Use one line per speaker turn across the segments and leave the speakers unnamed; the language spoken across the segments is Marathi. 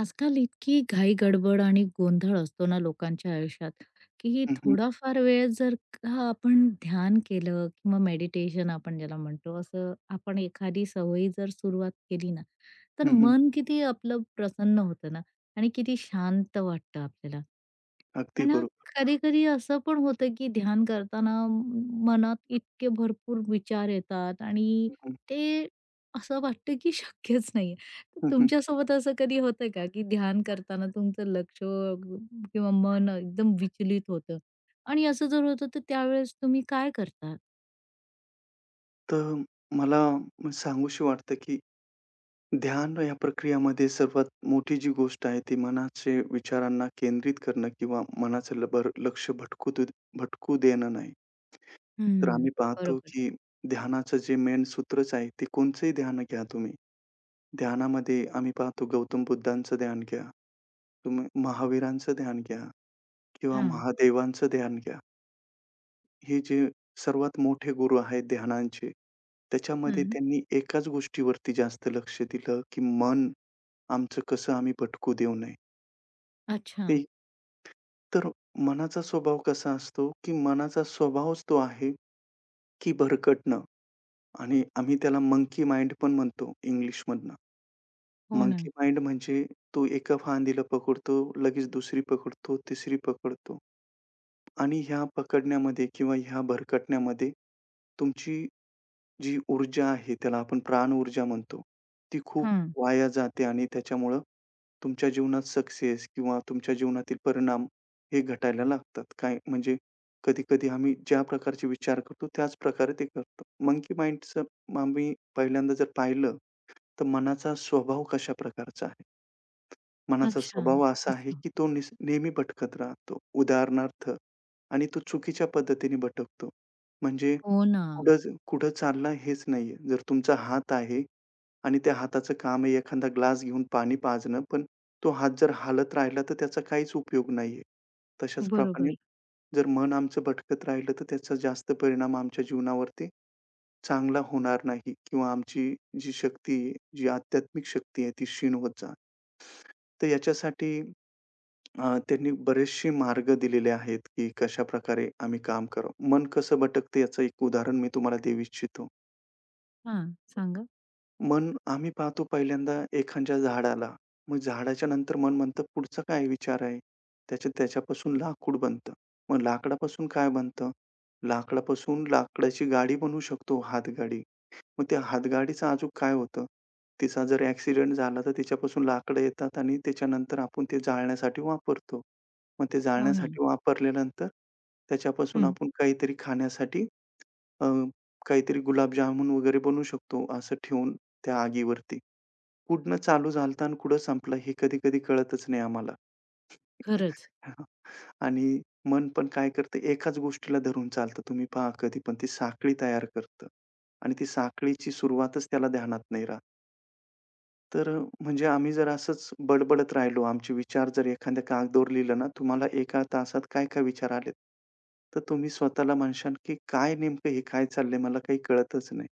आजकाल इतकी घाई गडबड आणि गोंधळ असतो ना लोकांच्या आयुष्यात, की
हं, हं.
थोडाफार वेळ जर का आपण ध्यान केलं किंवा मेडिटेशन आपण ज्याला म्हणतो, असं आपण एखादी सवयी जर सुरुवात केली ना, तर
हं, हं.
मन किती आपलं प्रसन्न होतं ना आणि किती शांत वाटतं आपल्याला.
अगदी
पण अ,
बरोबर.
कधी-कधी असं पण होतं, की ध्यान करताना मनात इतके भरपूर विचार येतात आणि
हं,
ते असं वाटतं, की शक्यच नाहीये. तर
हं, हं.
तुमच्यासोबत असं कधी होतं का, की ध्यान करताना तुमचं लक्ष किंवा मन एकदम विचलित होतं? आणि असं जर होतं, तर त्यावेळेस तुम्ही काय करता?
तर मला सांगूशी वाटतं, की ध्यान या प्रक्रियामध्ये सर्वात मोठी जी गोष्ट आहे, ती मनाचे विचारांना केंद्रित करणं किंवा मनाचं ल भर लक्ष भटकू देणं नाही. तर
हं.
आम्ही पाहतो,
बरोबर.
की ध्यानाचं जे मेन सूत्रच आहे, ते कोणचंही ध्यान घ्या तुम्ही. ध्यानामध्ये आम्ही पाहतो गौतम बुद्धांचं ध्यान घ्या, तुम्ही महावीरांचं ध्यान घ्या किंवा
हां.
महादेवांचं ध्यान घ्या. हे जे सर्वात मोठे गुरु आहेत ध्यानांचे, त्याच्यामध्ये
हं.
त्यांनी एकाच गोष्टीवरती जास्त लक्ष दिलं, की मन आमचं कसं आम्ही भटकू देऊ नये.
अच्छा.
ते तर मनाचा स्वभाव कसा असतो, की मनाचा स्वभावच तो आहे, की भरकटणं आणि आम्ही त्याला मंकी माइंड पण म्हणतो इंग्लिशमधनं.
हो ना.
मंकी माइंड म्हणजे तो एका फांदीला पकडतो, लगेच दुसरी पकडतो, तिसरी पकडतो आणि ह्या पकडण्यामध्ये किंवा ह्या भरकटण्यामध्ये तुमची जी ऊर्जा आहे, त्याला आपण प्राण ऊर्जा म्हणतो. ती खूप
हां.
वाया जाते आणि त्याच्यामुळं तुमच्या जीवनात सक्सेस किंवा तुमच्या जीवनातील परिणाम हे घटायला लागतात. काय म्हणजे कधी-कधी आम्ही ज्या प्रकारचे विचार करतो, त्याच प्रकारे ते करतो. मंकी माइंडचं आम्ही पहिल्यांदा जर पाहिलं, तर मनाचा स्वभाव कशा प्रकारचा आहे? मनाचा
अच्छा.
स्वभाव असा आहे,
असं.
की तो नेहमी भटकत राहतो. उदाहरणार्थ आणि तो चुकीच्या पद्धतीने भटकतो. म्हणजे
हो ना.
कुठं कुठं चालला हेच नाहीये. जर तुमचा हात आहे आणि त्या हाताचं काम आहे एखादा ग्लास घेऊन पाणी पाजणं, पण तो हात जर हालत राहिला तर त्याचा काहीच उपयोग नाहीये. तशाच प्रमाणे
बरोबर.
जर मन आमचं भटकत राहिलं तर त्याचा जास्त परिणाम आमच्या जीवनावरती चांगला होणार नाही किंवा आमची जी शक्ती आहे, जी आध्यात्मिक शक्ती आहे ती क्षीण होत जाणार. तर याच्यासाठी त्यांनी बरेचसे मार्ग दिलेले आहेत, की कशाप्रकारे आम्ही काम करावं. मन कसं भटकतं याचं एक उदाहरण मी तुम्हाला देऊ इच्छितो.
हां. सांगा.
मन आम्ही पाहतो पहिल्यांदा एखाद्या झाडाला. मग झाडाच्या नंतर मन म्हणतं, पुढचा काय विचार आहे? त्याच्यापासून लाकूड बनतं. मग लाकडापासून काय बनतं? लाकडापासून लाकडाची गाडी बनवू शकतो, हातगाडी. मग त्या हातगाडीचं अजून काय होतं? तिचा जर ॲक्सिडेंट झाला तर तिच्यापासून लाकडं येतात आणि त्याच्यानंतर आपण ते जाळण्यासाठी वापरतो. मग ते
हो ना.
जाळण्यासाठी वापरल्यानंतर त्याच्यापासून
हं.
आपण काहीतरी खाण्यासाठी अ, काहीतरी गुलाबजामुन वगैरे बनवू शकतो असं ठेवून त्या आगीवरती. कुठनं चालू झालता आणि कुठं संपला हे कधी-कधी कळतच नाही आम्हाला.
खरंच.
हां. आणि मन पण काय करतं एकाच गोष्टीला धरून चालतं. तुम्ही पहा कधी पण ती साखळी तयार करतं आणि ती साखळीची सुरुवातच त्याला ध्यानात नाही राहत. तर म्हणजे आम्ही जर असंच बडबडत राहिलो, आमचे विचार जर एखाद्या कागदावर लिहिलं ना, तुम्हाला एका तासात काय-काय विचार आलेत, तर तुम्ही स्वतःला म्हणशाल की काय नेमकं हे काय चाललंय मला काही कळतच नाही.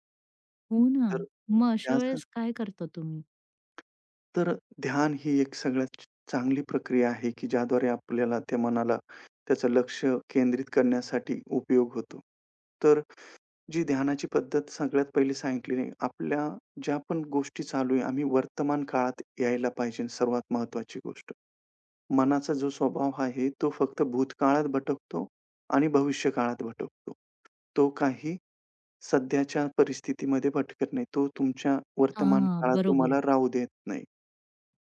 हो ना.
तर
मग अशा
त्याचं
वेळेस काय करता तुम्ही?
तर ध्यान ही एक सगळ्यात चांगली प्रक्रिया आहे, की ज्याद्वारे आपल्याला त्या मनाला त्याचं लक्ष केंद्रित करण्यासाठी उपयोग होतो. तर जी ध्यानाची पद्धत सगळ्यात पहिली सांगितलेली आपल्या ज्या पण गोष्टी चालू आहे, आम्ही वर्तमान काळात यायला पाहिजे सर्वात महत्त्वाची गोष्ट. मनाचा जो स्वभाव आहे तो फक्त भूतकाळात भटकतो आणि भविष्यकाळात भटकतो. तो काही सध्याच्या परिस्थितीमध्ये भटकत नाही. तो तुमच्या वर्तमान
हां,
काळात
बरोबर.
तुम्हाला राहू देत नाही.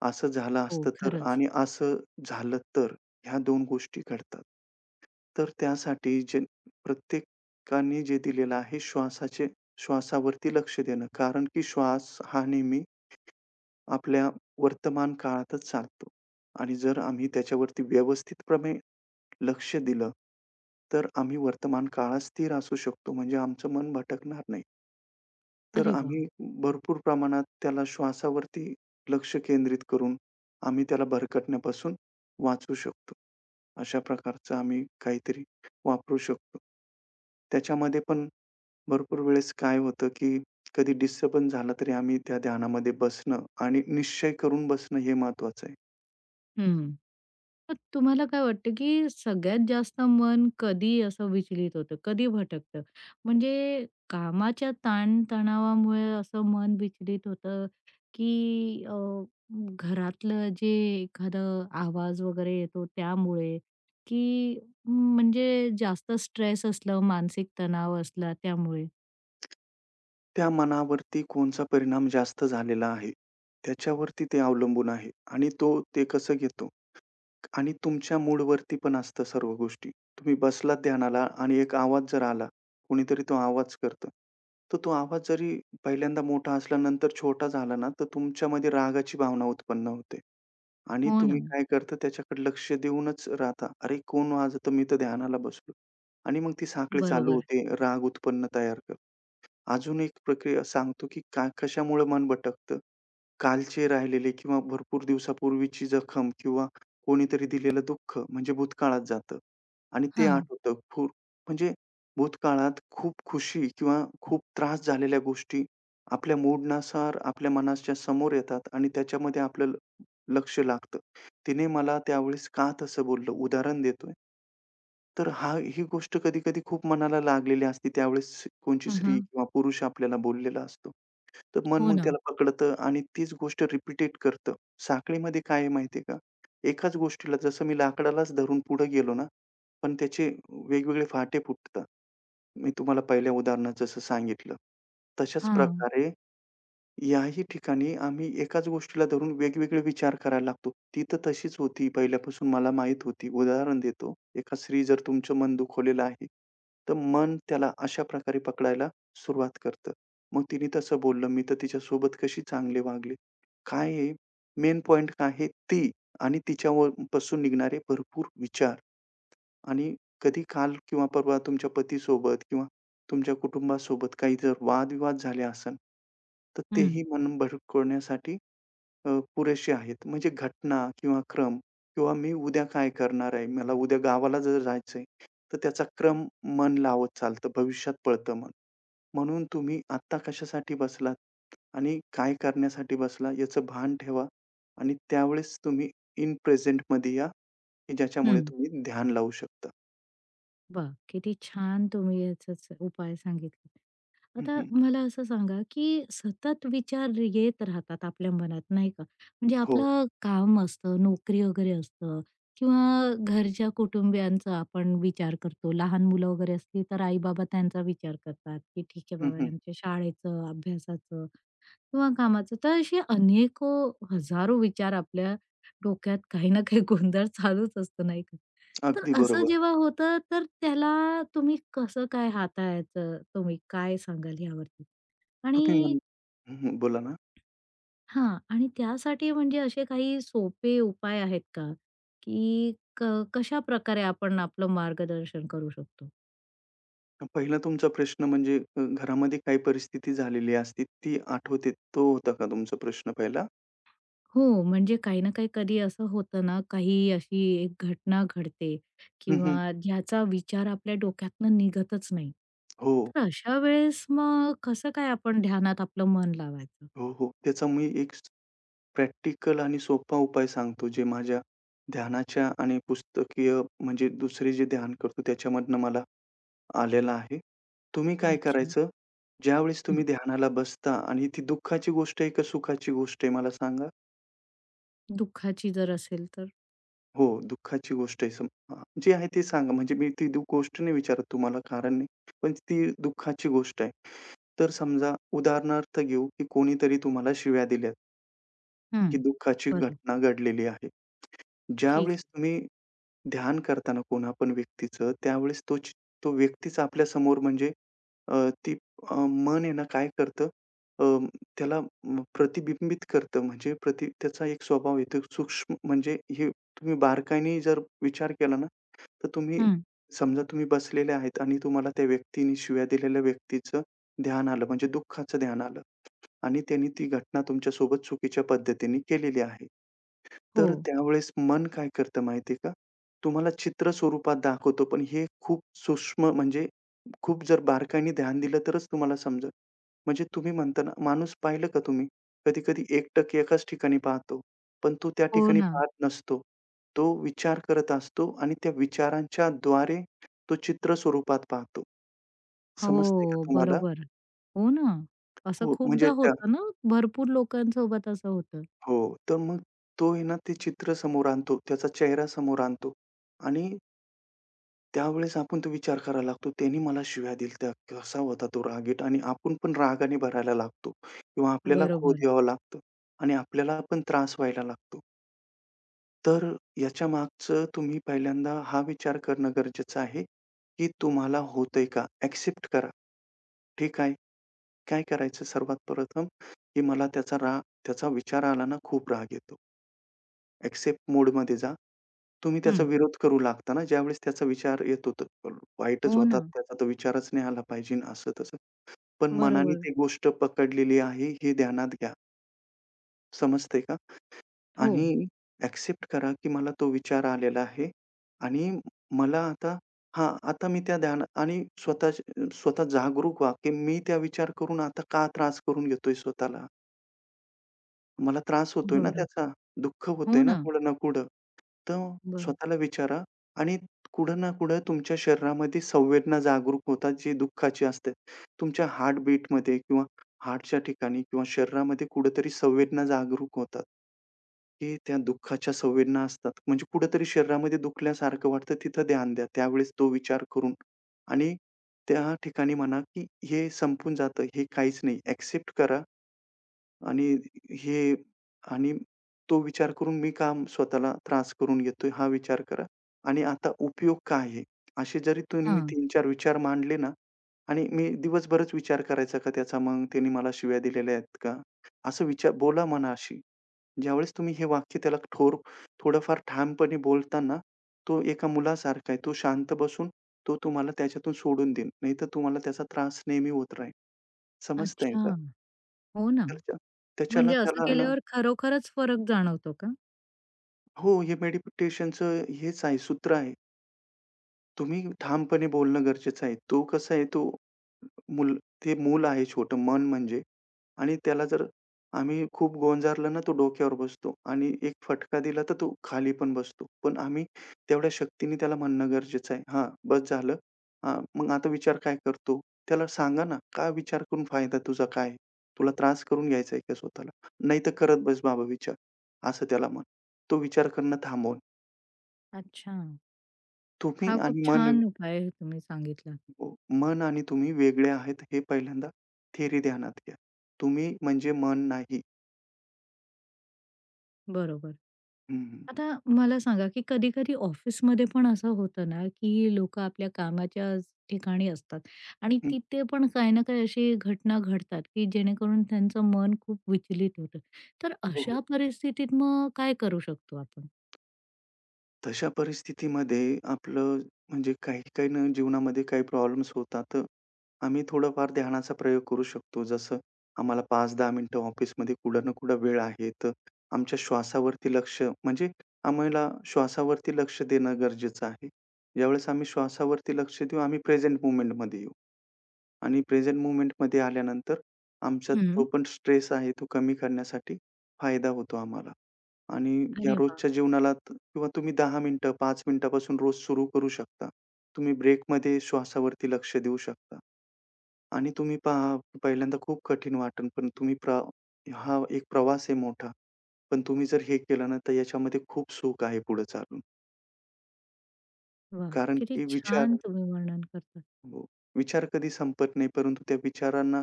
असं झालं
हो,
असतं तर
खरंच.
आणि असं झालं तर, ह्या 2 गोष्टी घडतात. तर त्यासाठी जे प्रत्येकाने जे दिलेलं आहे श्वासाचे श्वासावरती लक्ष देणं. कारण की श्वास हा नेहमी आपल्या वर्तमान काळातच चालतो आणि जर आम्ही त्याच्यावरती लक्ष दिलं, तर आम्ही वर्तमान काळात स्थिर असू शकतो. म्हणजे आमचं मन भटकणार नाही. तर
अरे वाह!
आम्ही भरपूर प्रमाणात त्याला श्वासावरती लक्ष केंद्रित करून, आम्ही त्याला भरकटण्यापासून वाचवू शकतो. अशा प्रकारचं आम्ही काहीतरी वापरू शकतो. त्याच्यामध्ये पण भरपूर वेळेस काय होतं, की कधी डिस्टर्बन्स झाला तरी आम्ही त्या ध्यानामध्ये बसणं आणि निश्चय करून बसणं हे महत्त्वाचं आहे.
हं. मग तुम्हाला काय वाटतं, की सगळ्यात जास्त मन कधी असं विचलित होतं, कधी भटकतं? म्हणजे कामाच्या ताणतणावामुळे असं मन विचलित होतं, की अ, घरातलं जे एखादं आवाज वगैरे येतो त्यामुळे, की म्हणजे जास्त स्ट्रेस असलं, मानसिक तणाव असला त्यामुळे?
त्या मनावरती कोणचा परिणाम जास्त झालेला आहे, त्याच्यावरती ते अवलंबून आहे आणि तो ते कसं घेतो. आणि तुमच्या मूडवरती पण असतं सर्व गोष्टी. तुम्ही बसलात ध्यानाला आणि एक आवाज जर आला, कोणीतरी तो आवाज करतं. तर तो आवाज जरी पहिल्यांदा मोठा असला, नंतर छोटा झाला ना, तर तुमच्यामध्ये रागाची भावना उत्पन्न होते आणि
हो ना.
तुम्ही काय करता त्याच्याकडे लक्ष देऊनच राहता. "अरे, कोण वाजवतं? मी तर ध्यानाला बसलो." आणि मग ती साखळी चालू
बरोबर.
होते, राग उत्पन्न तयार करते. अजून एक प्रक्रिया सांगतो, की का कशामुळे मन भटकतं. कालचे राहिलेले किंवा भरपूर दिवसापूर्वीची जखम किंवा कोणीतरी दिलेलं दुःख म्हणजे भूतकाळात जातं आणि ते
हां.
आठवतं. खूप म्हणजे भूतकाळात खूप खुशी किंवा खूप त्रास झालेल्या गोष्टी आपल्या मूडनुसार आपल्या मनाच्या समोर येतात आणि त्याच्यामध्ये आपलं लक्ष लागतं. तिने मला त्यावेळेस का तसं बोललं? उदाहरण देतोय. तर हा ही गोष्ट कधी-कधी खूप मनाला लागलेली असते. त्यावेळेस कोणची
हां,
स्त्री
हां.
किंवा पुरुष आपल्याला बोललेला असतो. तर मन
हो
मग
ना.
त्याला पकडतं आणि तीच गोष्ट रिपीटेट करतं. साखळीमध्ये काय आहे माहिती आहे का? एकाच गोष्टीला जसं मी लाकडालाच धरून पुढे गेलो ना, पण त्याचे वेगवेगळे फाटे फुटतात. मी तुम्हाला पहिल्या उदाहरणात जसं सांगितलं. तशाच
हां.
प्रकारे याही ठिकाणी आम्ही एकाच गोष्टीला धरून वेगवेगळे विचार करायला लागतो. ती तर तशीच होती पहिल्यापासून मला माहीत होती. उदाहरण देतो. एका स्त्री जर तुमचं मन दुखवलेलं आहे, तर मन त्याला अशा प्रकारे पकडायला सुरुवात करतं. मग तिने तसं बोललं, मी तर तिच्यासोबत कशी चांगले वागले. काय आहे मेन पॉइंट काय आहे ती आणि तिच्यावर पासून निघणारे भरपूर विचार. आणि कधी काल किंवा परवा तुमच्या पतीसोबत किंवा तुमच्या कुटुंबासोबत काही जर वादविवाद झाले असेल, तर
हं,
तेही मन भडकवण्यासाठी अ, पुरेसे आहेत. म्हणजे घटना किंवा क्रम किंवा मी उद्या काय करणार आहे, मला उद्या गावाला जर जायचंय, तर त्याचा क्रम मन लावत चालतं, भविष्यात पळतं मन. म्हणून तुम्ही आत्ता कशासाठी बसलात आणि काय करण्यासाठी बसला याचं भान ठेवा आणि त्यावेळेस तुम्ही इन प्रेझेंटमध्ये या, की ज्याच्यामुळे
हं.
तुम्ही ध्यान लावू शकता.
बघ किती छान तुम्ही याचाच उपाय सांगितला.
हं,
आता
हं.
मला असं सांगा, की सतत विचार येत राहतात आपल्या मनात, नाही का? म्हणजे
हो.
आपलं काम असतं, नोकरी वगैरे असतं किंवा घरच्या कुटुंबियांचा आपण विचार करतो. लहान मुलं वगैरे असली तर आई-बाबा त्यांचा विचार करतात, की ठीक आहे
हं,
बाबा
हं.
यांच्या शाळेचं, अभ्यासाचं किंवा कामाचं. तर असे अनेको हजारो विचार आपल्या डोक्यात काही ना काही गोंधळ चालूच असतो, नाही का? तर
अगदी
असं
बरोबर.
जेव्हा होतं, तर त्याला तुम्ही कसं काय हाताळायचं? तुम्ही काय सांगाल यावरती?
तुम्ही
आणि
म्हण हं, बोला ना.
हां, आणि त्यासाठी म्हणजे असे काही सोपे उपाय आहेत का? की क कशाप्रकारे आपण आपलं मार्गदर्शन करू शकतो?
पहिला तुमचा प्रश्न म्हणजे घरामध्ये काही परिस्थिती झालेली असते ती आठवते, तो होता का तुमचा प्रश्न पहिला?
हो, म्हणजे काही ना काही कधी असं होतं ना, काही अशी एक घटना घडते
हं, हं.
किंवा ज्याचा विचार आपल्या डोक्यातनं निघतच नाही.
हो,
तर अशा वेळेस मग कसं काय आपण ध्यानात आपलं मन लावायचं?
हो. त्याचा मी एक स प्रॅक्टिकल आणि सोपा उपाय सांगतो, जे माझ्या ध्यानाच्या आणि पुस्तकीय म्हणजे दुसरे जे ध्यान करतो त्याच्यामधनं मला आलेला आहे. तुम्ही काय
अच्छा.
करायचं, ज्यावेळेस तुम्ही
हं.
ध्यानाला बसता आणि ती दुःखाची गोष्ट आहे का सुखाची गोष्ट आहे मला सांगा?
दुःखाची जर असेल तर?
हो, दुःखाची गोष्ट आहे हां, जी आहे ते सांगा. म्हणजे मी ती गोष्ट नाही विचारत तुम्हाला कारण नाही. पण ती दुःखाची गोष्ट आहे. तर समजा उदाहरणार्थ घेऊ, की कोणीतरी तुम्हाला शिव्या दिल्यात.
हं.
ही दुःखाची
बरं,
घटना घडलेली आहे.
ठीक आहे.
ज्यावेळेस तुम्ही ध्यान करताना कोणा पण व्यक्तीचं, त्यावेळेस तो व्यक्तीच आपल्यासमोर म्हणजे अ, ती अ, मन आहे ना काय करतं अ, त्याला प्रतिबिंबित करतं. म्हणजे त्याचा एक स्वभाव आहे. सूक्ष्म म्हणजे हे तुम्ही बारकाईने जर विचार केला ना तर तुम्ही
हं.
समजा तुम्ही बसलेले आहेत आणि तुम्हाला त्या व्यक्तीने शिव्या दिलेल्या व्यक्तीचं ध्यान आलं, म्हणजे दुःखाचं ध्यान आलं आणि त्यांनी ती घटना तुमच्यासोबत चुकीच्या पद्धतीने केलेली आहे.
हो,
तर त्यावेळेस मन काय करतं माहिती का? तुम्हाला चित्र स्वरूपात दाखवतो, पण हे खूप सूक्ष्म म्हणजे खूप जर बारकाईने ध्यान दिलं तरच तुम्हाला समजेल. म्हणजे तुम्ही म्हणता ना, माणूस पाहिलं का तुम्ही? कधी-कधी एकटक एकाच ठिकाणी पाहतो, पण तो त्या
हो
ठिकाणी
ना.
पाहत नसतो. तो विचार करत असतो आणि त्या विचारांच्या द्वारे तो चित्र स्वरूपात पाहतो. समजतंय का
हो,
तुम्हाला?
बरोबर. हो ना. असं
हो, म्हणजे
खूपदा
त्या
होतं ना, भरपूर लोकांसोबत असं होतं.
हो, तर मग तो आहे ना, ते चित्र समोर आणतो, त्याचा चेहरा समोर आणतो आणि त्यावेळेस आपण तो विचार करायला लागतो, "त्याने मला शिव्या दिल्या त्या, कसा होता तो रागीट?" आणि आपण पण रागाने भरायला लागतो किंवा आपल्याला
बरोबर.
क्रोध यावा लागतं आणि आपल्याला पण त्रास व्हायला लागतो. तर याच्या मागचं तुम्ही पहिल्यांदा हा विचार करणं गरजेचं आहे, की तुम्हाला होतंय का? एक्सेप्ट करा. ठीक आहे. काय करायचं सर्वात प्रथम, की मला त्याचा रा त्याचा विचार आला ना, खूप राग येतो. एक्सेप्ट मोडमध्ये जा. तुम्ही त्याचा
हं.
विरोध करू लागता ना, ज्यावेळेस त्याचा विचार येतो तर वाईटच
हो
होतात,
ना.
त्याचा तर विचारच नाही आला पाहिजे असं तसं. पण मनाने
बरोबर.
ती गोष्ट पकडलेली आहे हे ध्यानात घ्या. समजतंय का?
हो.
आणि एक्सेप्ट करा, की मला तो विचार आलेला आहे आणि मला आता हां, आता मी त्या ध्यान आणि स्वतः स्वतः जागरूक व्हा, की मी त्या विचार करून आता का त्रास करून घेतोय स्वतःला? मला त्रास होतोय ना
बरं.
त्याचा. दुःख
हो
होतंय ना
ना.
कुठं ना कुठं. तर
बरं.
स्वतःला विचारा आणि कुठं ना कुठं तुमच्या शरीरामध्ये संवेदना जागरूक होतात, जी दुःखाची असते. तुमच्या हार्टबीटमध्ये किंवा हार्टच्या ठिकाणी किंवा शरीरामध्ये कुठेतरी संवेदना जागरूक होतात, की त्या दुःखाच्या संवेदना असतात. म्हणजे कुठेतरी शरीरामध्ये दुखल्यासारखं वाटतं, तिथं ध्यान द्या. त्यावेळेस तो विचार करून आणि त्या ठिकाणी म्हणा, की हे संपून जातं, हे काहीच नाही. एक्सेप्ट करा आणि हे आणि तो विचार करून मी का स्वतःला त्रास करून घेतोय हा विचार करा आणि आता उपयोग काय आहे? असे जरी तुम्ही
हां.
3-4 विचार मांडले ना आणि मी दिवसभरच विचार करायचा का त्याचा मग त्याने मला शिव्या दिलेल्या आहेत का? असं विचार बोला मनाशी. ज्यावेळेस तुम्ही हे वाक्य त्याला थोडंफार ठामपणे बोलताना तो एका मुलासारखा आहे. तो शांत बसून तो तुम्हाला त्याच्यातून सोडून देईल. नाहीतर तुम्हाला त्याचा त्रास नेहमी होत राहील. समजतंय
अच्छा.
का?
हो ना.
त्याच्या त्याच्याला
म्हणजे असं
त्याला आहे ना
केल्यावर खरोखरच फरक जाणवतो का?
हो, हे मेडिटेशनचं हेच आहे, सूत्र आहे. तुम्ही ठामपणे बोलणं गरजेचं आहे. तो कसा आहे, तो मूल ते मूल आहे छोटं, मन म्हणजे आणि त्याला जर आम्ही खूप गोंजारलं ना, तो डोक्यावर बसतो आणि एक फटका दिला, तर तो खाली पण बसतो. पण आम्ही तेवढ्या शक्तीने त्याला म्हणणं गरजेचं आहे, "हां, बस झालं. हां, मग आता विचार काय करतो?" त्याला सांगा ना, "काय विचार करून फायदा तुझा काय आहे? तुला त्रास करून घ्यायचा आहे का स्वतःला? नाही तर करत बस बाबा विचार." असं त्याला म्हण. तो विचार करणं थांबवणं.
अच्छा.
तुम्ही
हा खूप
आणि मन
छान उपाय तुम्ही सांगितला.
हो, मन आणि तुम्ही वेगळे आहेत हे पहिल्यांदा थिअरी ध्यानात घ्या. तुम्ही म्हणजे मन नाही.
बरोबर.
हं, हं.
आता मला सांगा, की कधी-कधी ऑफिसमध्ये पण असं होतं ना, की लोकं आपल्या ठिकाणी असतात आणि तिथे पण काही ना काही अशी घटना घडतात, की जेणेकरून त्यांचं मन खूप विचलित होतं. तर
हो, हो.
अशा परिस्थितीत मग काय करू शकतो आपण?
तशा परिस्थितीमध्ये आपलं म्हणजे काही-काही ना जीवनामध्ये काही प्रॉब्लेम्स होतात. तर आम्ही थोडाफार ध्यानाचा प्रयोग करू शकतो. जसं आम्हाला 5-10 मिनिटं ऑफिसमध्ये कुठं ना कुठं वेळ आहे. तर आमच्या श्वासावरती लक्ष म्हणजे आम्हाला श्वासावरती लक्ष देणं गरजेचं आहे. ज्यावेळेस आम्ही श्वासावरती लक्ष देऊ, आम्ही प्रेझेंट मोमेंटमध्ये येऊ. आणि प्रेझेंट मूव्हमेंटमध्ये आल्यानंतर आमचा जो
हं.
पण स्ट्रेस आहे तो कमी करण्यासाठी फायदा होतो आम्हाला. आणि या
अरे वाह!
रोजच्या जीवनाला किंवा तुम्ही 10 मिनिटं, 5 मिनिटापासून रोज सुरू करू शकता. तुम्ही ब्रेकमध्ये श्वासावरती लक्ष देऊ शकता. आणि तुम्ही पहा पहिल्यांदा खूप कठीण वाटेल, पण तुम्ही प्र हा एक प्रवास आहे मोठा. पण तुम्ही जर हे केलं ना, तर याच्यामध्ये खूप सुख आहे पुढे चालून.
वाह!
कारण
किती
की विचार
छान तुम्ही वर्णन करता.
हो. विचार कधी संपत नाही, परंतु त्या विचारांना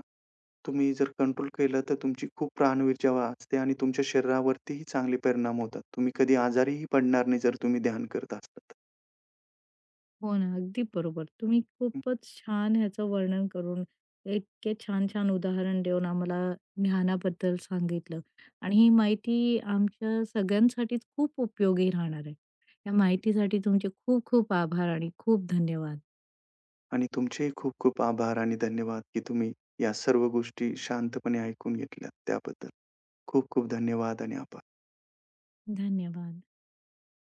तुम्ही जर कंट्रोल केलं, तर तुमची खूप प्राणवीर जेव्हा असते आणि तुमच्या शरीरावरतीही चांगले परिणाम होतात. तुम्ही कधी आजारीही पडणार नाही जर तुम्ही ध्यान करत असता.
हो ना, अगदी बरोबर. तुम्ही
हं.
खूपच छान ह्याचं वर्णन करून इतके छान-छान उदाहरण देऊन आम्हाला ज्ञानाबद्दल सांगितलं आणि ही माहिती आमच्या सगळ्यांसाठीच खूप उपयोगी राहणार आहे. या माहितीसाठी तुमचे खूप खूप आभार आणि खूप धन्यवाद.
आणि तुमचेही खूप खूप आभार आणि धन्यवाद, की तुम्ही या सर्व गोष्टी शांतपणे ऐकून घेतल्या त्याबद्दल. खूप खूप धन्यवाद आणि आभार.
धन्यवाद.